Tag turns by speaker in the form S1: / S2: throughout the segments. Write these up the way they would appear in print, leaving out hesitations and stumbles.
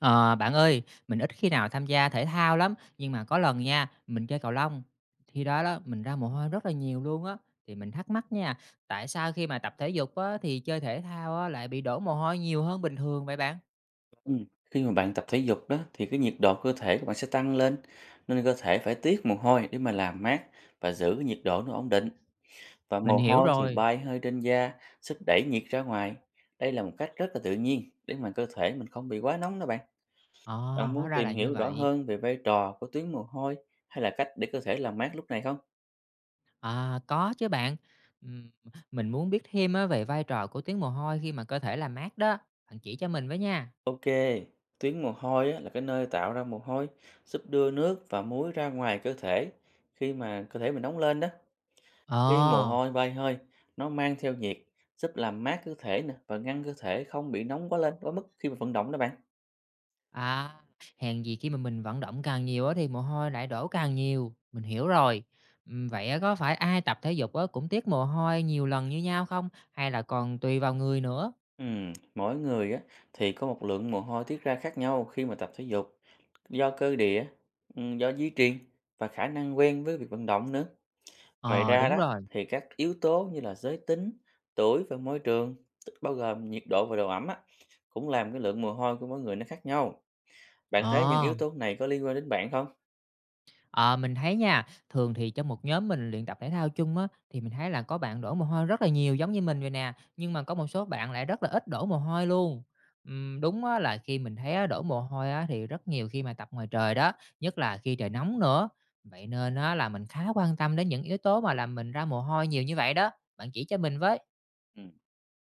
S1: Ờ, bạn ơi, mình ít khi nào tham gia thể thao lắm, nhưng mà có lần nha, mình chơi cầu lông, khi đó đó mình ra mồ hôi rất là nhiều luôn á, thì mình thắc mắc nha, tại sao khi mà tập thể dục á, thì chơi thể thao á, lại bị đổ mồ hôi nhiều hơn bình thường vậy bạn?
S2: Ừm, khi mà bạn tập thể dục đó thì cái nhiệt độ cơ thể của bạn sẽ tăng lên nên cơ thể phải tiết mồ hôi để mà làm mát và giữ cái nhiệt độ nó ổn định, và
S1: Mình
S2: mồ
S1: hiểu
S2: hôi thì
S1: rồi,
S2: bay hơi trên da giúp đẩy nhiệt ra ngoài. Đây là một cách rất là tự nhiên để mà cơ thể mình không bị quá nóng đó bạn.
S1: à,
S2: Bạn
S1: hóa
S2: muốn
S1: ra
S2: tìm
S1: là như
S2: hiểu rõ
S1: vậy,
S2: hơn về vai trò của tuyến mồ hôi, hay là cách để cơ thể làm mát lúc này không?
S1: à, có chứ bạn, Ừm, mình muốn biết thêm á, về vai trò của tiếng mồ hôi khi mà cơ thể làm mát đó, bạn chỉ cho mình với nha.
S2: Ok, tuyến mồ hôi á, là cái nơi tạo ra mồ hôi giúp đưa nước và muối ra ngoài cơ thể khi mà cơ thể mình nóng lên đó. Khi mồ
S1: Ờ.
S2: hôi bay hơi, nó mang theo nhiệt, giúp làm mát cơ thể nè, và ngăn cơ thể không bị nóng quá lên quá mức khi mà vận động đó bạn.
S1: À, hèn gì khi mà mình vận động càng nhiều á thì mồ hôi lại đổ càng nhiều, mình hiểu rồi. Vậy á, có phải ai tập thể dục á cũng tiết mồ hôi nhiều lần như nhau không? Hay là còn tùy vào người nữa?
S2: Mỗi người á, thì có một lượng mồ hôi tiết ra khác nhau khi mà tập thể dục, do cơ địa, do di truyền và khả năng quen với việc vận động nữa. Ngoài
S1: Ờ
S2: ra
S1: đúng
S2: đó
S1: rồi.
S2: thì các yếu tố như là giới tính, tuổi và môi trường, tức bao gồm nhiệt độ và độ ẩm á, cũng làm cái lượng mồ hôi của mỗi người nó khác nhau. Bạn thấy những
S1: Ờ.
S2: yếu tố này có liên quan đến bạn không?
S1: Ờ, mình thấy nha, thường thì trong một nhóm mình luyện tập thể thao chung á, thì mình thấy là có bạn đổ mồ hôi rất là nhiều giống như mình vậy nè, nhưng mà có một số bạn lại rất là ít đổ mồ hôi luôn. Đúng á, là khi mình thấy á, đổ mồ hôi á, thì rất nhiều khi mà tập ngoài trời đó, nhất là khi trời nóng nữa. Vậy nên á, là mình khá quan tâm đến những yếu tố mà làm mình ra mồ hôi nhiều như vậy đó. Bạn chỉ cho mình với.
S2: Ừ.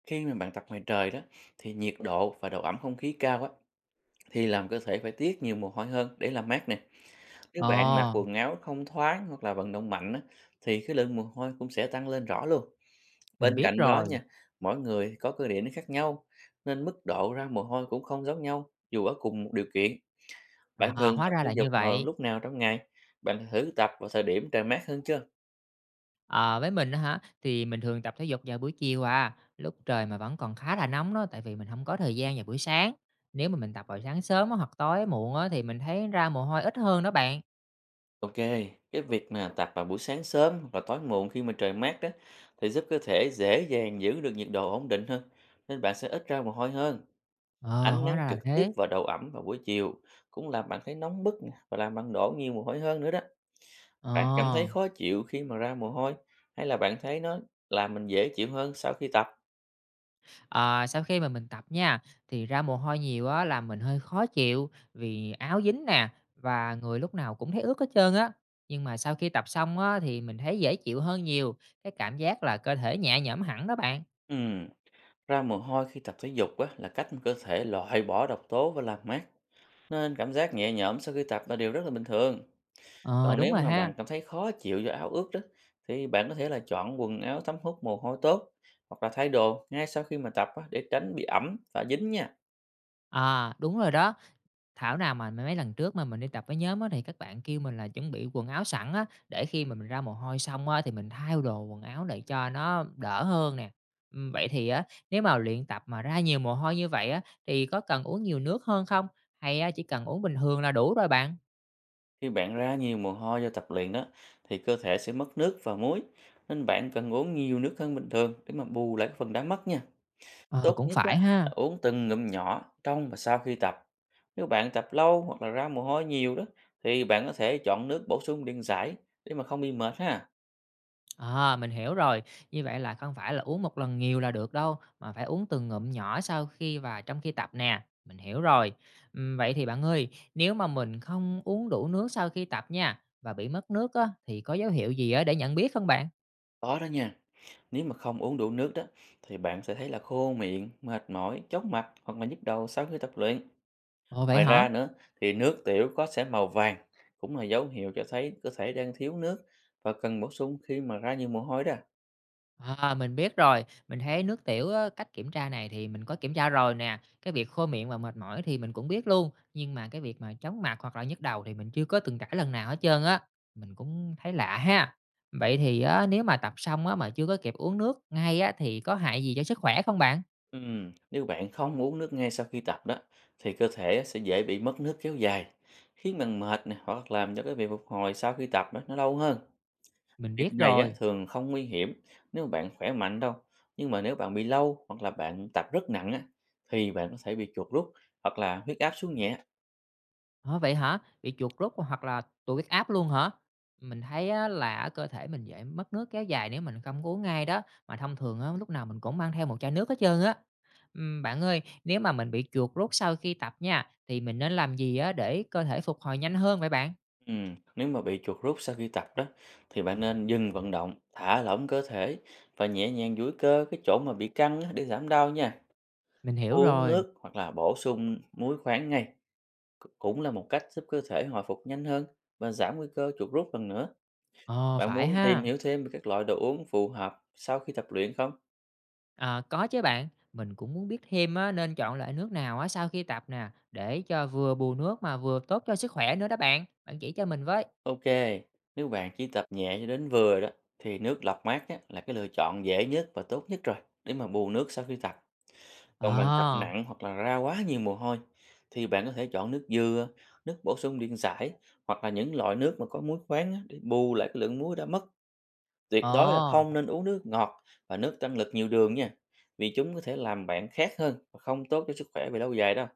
S2: Khi mà bạn tập ngoài trời đó thì nhiệt độ và độ ẩm không khí cao á, thì làm cơ thể phải tiết nhiều mồ hôi hơn để làm mát nè. Nếu
S1: Ồ,
S2: bạn mặc quần áo không thoáng hoặc là vận động mạnh á, thì cái lượng mồ hôi cũng sẽ tăng lên rõ luôn. Bên
S1: mình biết
S2: cạnh đó
S1: rồi.
S2: nha, mỗi người có cơ địa nó khác nhau nên mức độ ra mồ hôi cũng không giống nhau dù ở cùng một điều kiện. Bạn
S1: À,
S2: thường
S1: hóa
S2: tập
S1: ra
S2: thể
S1: là
S2: dục
S1: như
S2: vào
S1: vậy.
S2: lúc nào trong ngày? Bạn thử tập vào thời điểm trời mát hơn chưa?
S1: Ờ, với mình á hả, thì mình thường tập thể dục vào buổi chiều à, lúc trời mà vẫn còn khá là nóng đó, tại vì mình không có thời gian vào buổi sáng. Nếu mà mình tập vào sáng sớm á, hoặc tối muộn á, thì mình thấy ra mồ hôi ít hơn đó bạn.
S2: Ok, cái việc mà tập vào buổi sáng sớm hoặc là tối muộn khi mà trời mát đó thì giúp cơ thể dễ dàng giữ được nhiệt độ ổn định hơn, nên bạn sẽ ít ra mồ hôi hơn.
S1: Ờ,
S2: Ánh
S1: hóa
S2: nắng
S1: ra là
S2: trực tiếp
S1: thế.
S2: vào đầu ẩm vào buổi chiều cũng làm bạn thấy nóng bức nè, và làm bạn đổ nhiều mồ hôi hơn nữa đó. Bạn cảm thấy
S1: Ờ,
S2: khó chịu khi mà ra mồ hôi, hay là bạn thấy nó làm mình dễ chịu hơn sau khi tập?
S1: ờ, Sau khi mà mình tập nha, thì ra mồ hôi nhiều á, làm mình hơi khó chịu vì áo dính nè, và người lúc nào cũng thấy ướt hết trơn á. Nhưng mà sau khi tập xong á, thì mình thấy dễ chịu hơn nhiều, cái cảm giác là cơ thể nhẹ nhõm hẳn đó bạn.
S2: Ừm, ra mồ hôi khi tập thể dục á, là cách mà cơ thể loại bỏ độc tố và làm mát, nên cảm giác nhẹ nhõm sau khi tập là điều rất là bình thường.
S1: Ờ,
S2: Còn
S1: đúng
S2: nếu
S1: rồi
S2: mà
S1: ha.
S2: bạn cảm thấy khó chịu do áo ướt đó, thì bạn có thể là chọn quần áo thấm hút mồ hôi tốt, hoặc là thay đồ ngay sau khi mà tập á, để tránh bị ẩm và dính nha.
S1: À, đúng rồi đó. Thảo nào mà mấy lần trước mà mình đi tập với nhóm á, thì các bạn kêu mình là chuẩn bị quần áo sẵn á, để khi mà mình ra mồ hôi xong á, thì mình thay đồ quần áo để cho nó đỡ hơn nè. Vậy thì á, nếu mà luyện tập mà ra nhiều mồ hôi như vậy á, thì có cần uống nhiều nước hơn không? Hay á, chỉ cần uống bình thường là đủ rồi bạn?
S2: Khi bạn ra nhiều mồ hôi do tập luyện đó, thì cơ thể sẽ mất nước và muối, nên bạn cần uống nhiều nước hơn bình thường để mà bù lại cái phần đã mất nha.
S1: Ờ,
S2: Tốt
S1: cũng
S2: nhất á,
S1: phải ha.
S2: là uống từng ngụm nhỏ trong và sau khi tập. Nếu bạn tập lâu hoặc là ra mồ hôi nhiều đó, thì bạn có thể chọn nước bổ sung điện giải để mà không bị mệt ha.
S1: À, mình hiểu rồi. Như vậy là không phải là uống một lần nhiều là được đâu, mà phải uống từng ngụm nhỏ sau khi và trong khi tập nè. Mình hiểu rồi. Vậy thì bạn ơi, nếu mà mình không uống đủ nước sau khi tập nha và bị mất nước á, thì có dấu hiệu gì á để nhận biết không bạn?
S2: Có đó nha. Nếu mà không uống đủ nước đó thì bạn sẽ thấy là khô miệng, mệt mỏi, chóng mặt hoặc là nhức đầu sau khi tập luyện.
S1: Ồ vậy
S2: Ngoài
S1: hả?
S2: ra nữa thì nước tiểu có sẽ màu vàng cũng là dấu hiệu cho thấy cơ thể đang thiếu nước và cần bổ sung khi mà ra nhiều mồ hôi đó.
S1: À, mình biết rồi, mình thấy nước tiểu á, cách kiểm tra này thì mình có kiểm tra rồi nè, cái việc khô miệng và mệt mỏi thì mình cũng biết luôn, nhưng mà cái việc mà chóng mặt hoặc là nhức đầu thì mình chưa có từng trải lần nào hết trơn á, mình cũng thấy lạ ha. Vậy thì á, nếu mà tập xong á, mà chưa có kịp uống nước ngay á, thì có hại gì cho sức khỏe không bạn?
S2: Nếu bạn không uống nước ngay sau khi tập đó thì cơ thể sẽ dễ bị mất nước kéo dài, khiến bạn mệt nè, hoặc làm cho cái việc phục hồi sau khi tập đó nó lâu hơn.
S1: Mình
S2: Việc
S1: biết
S2: này á,
S1: rồi.
S2: thường không nguy hiểm nếu mà bạn khỏe mạnh đâu. Nhưng mà nếu bạn bị lâu hoặc là bạn tập rất nặng á, thì bạn có thể bị chuột rút, hoặc là huyết áp xuống nhẹ.
S1: Ờ, vậy hả? Bị chuột rút hoặc là tụt huyết áp luôn hả? Mình thấy á, là ở cơ thể mình dễ mất nước kéo dài nếu mình không có uống ngay đó. Mà thông thường á, lúc nào mình cũng mang theo một chai nước hết trơn á. Bạn ơi, nếu mà mình bị chuột rút sau khi tập nha, thì mình nên làm gì á để cơ thể phục hồi nhanh hơn vậy bạn?
S2: Ừ. Nếu mà bị chuột rút sau khi tập đó thì bạn nên dừng vận động, thả lỏng cơ thể và nhẹ nhàng duỗi cơ cái chỗ mà bị căng á, để giảm đau nha.
S1: Mình hiểu
S2: Uống
S1: rồi.
S2: nước hoặc là bổ sung muối khoáng ngay cũng là một cách giúp cơ thể hồi phục nhanh hơn và giảm nguy cơ chuột rút lần nữa.
S1: Ờ,
S2: Bạn
S1: phải
S2: muốn tìm
S1: ha.
S2: hiểu thêm về các loại đồ uống phù hợp sau khi tập luyện không?
S1: À, có chứ bạn. Mình cũng muốn biết thêm á, nên chọn loại nước nào á, sau khi tập nè, để cho vừa bù nước mà vừa tốt cho sức khỏe nữa đó bạn. Bạn chỉ cho mình với.
S2: Ok, nếu bạn chỉ tập nhẹ cho đến vừa đó thì nước lọc mát á, là cái lựa chọn dễ nhất và tốt nhất rồi để mà bù nước sau khi tập. Còn bạn tập
S1: Ờ,
S2: nặng hoặc là ra quá nhiều mồ hôi thì bạn có thể chọn nước dừa, nước bổ sung điện giải, hoặc là những loại nước mà có muối khoáng á, để bù lại cái lượng muối đã mất. Tuyệt đối là
S1: ờ.
S2: không nên uống nước ngọt và nước tăng lực nhiều đường nha, vì chúng có thể làm bạn khát hơn và không tốt cho sức khỏe về lâu dài đâu.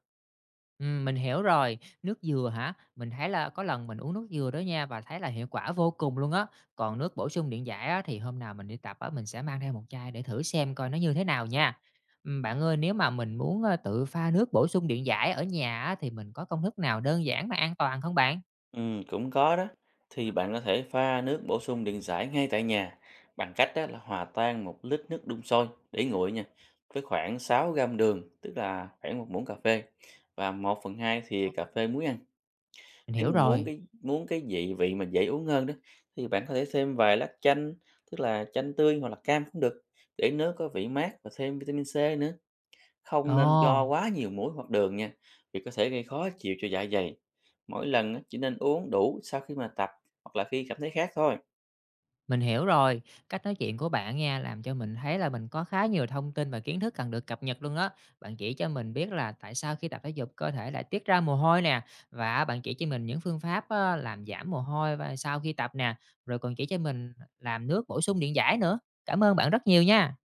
S1: Mình hiểu rồi. Nước dừa hả? Mình thấy là có lần mình uống nước dừa đó nha và thấy là hiệu quả vô cùng luôn á. Còn nước bổ sung điện giải á, thì hôm nào mình đi tập á, mình sẽ mang theo một chai để thử xem coi nó như thế nào nha. Bạn ơi, nếu mà mình muốn tự pha nước bổ sung điện giải ở nhà á, thì mình có công thức nào đơn giản mà an toàn không bạn?
S2: Cũng có đó. Thì bạn có thể pha nước bổ sung điện giải ngay tại nhà bằng cách đó là hòa tan 1 lít nước đun sôi để nguội nha, với khoảng 6 gram đường, tức là khoảng 1 muỗng cà phê, và 1/2 thì
S1: Ờ.
S2: cà phê muối ăn.
S1: Mình
S2: Nếu
S1: hiểu
S2: mà
S1: rồi.
S2: muốn cái vị vị mà dễ uống hơn đó thì bạn có thể thêm vài lát chanh, tức là chanh tươi hoặc là cam cũng được, để nước có vị mát và thêm vitamin C nữa. Không nên cho
S1: Ồ.
S2: quá nhiều muối hoặc đường nha, vì có thể gây khó chịu cho dạ dày. Mỗi lần á, chỉ nên uống đủ sau khi mà tập hoặc là khi cảm thấy khát thôi.
S1: Mình hiểu rồi, cách nói chuyện của bạn nha làm cho mình thấy là mình có khá nhiều thông tin và kiến thức cần được cập nhật luôn đó. Bạn chỉ cho mình biết là tại sao khi tập thể dục cơ thể lại tiết ra mồ hôi nè, và bạn chỉ cho mình những phương pháp á, làm giảm mồ hôi và sau khi tập nè, rồi còn chỉ cho mình làm nước bổ sung điện giải nữa. Cảm ơn bạn rất nhiều nha.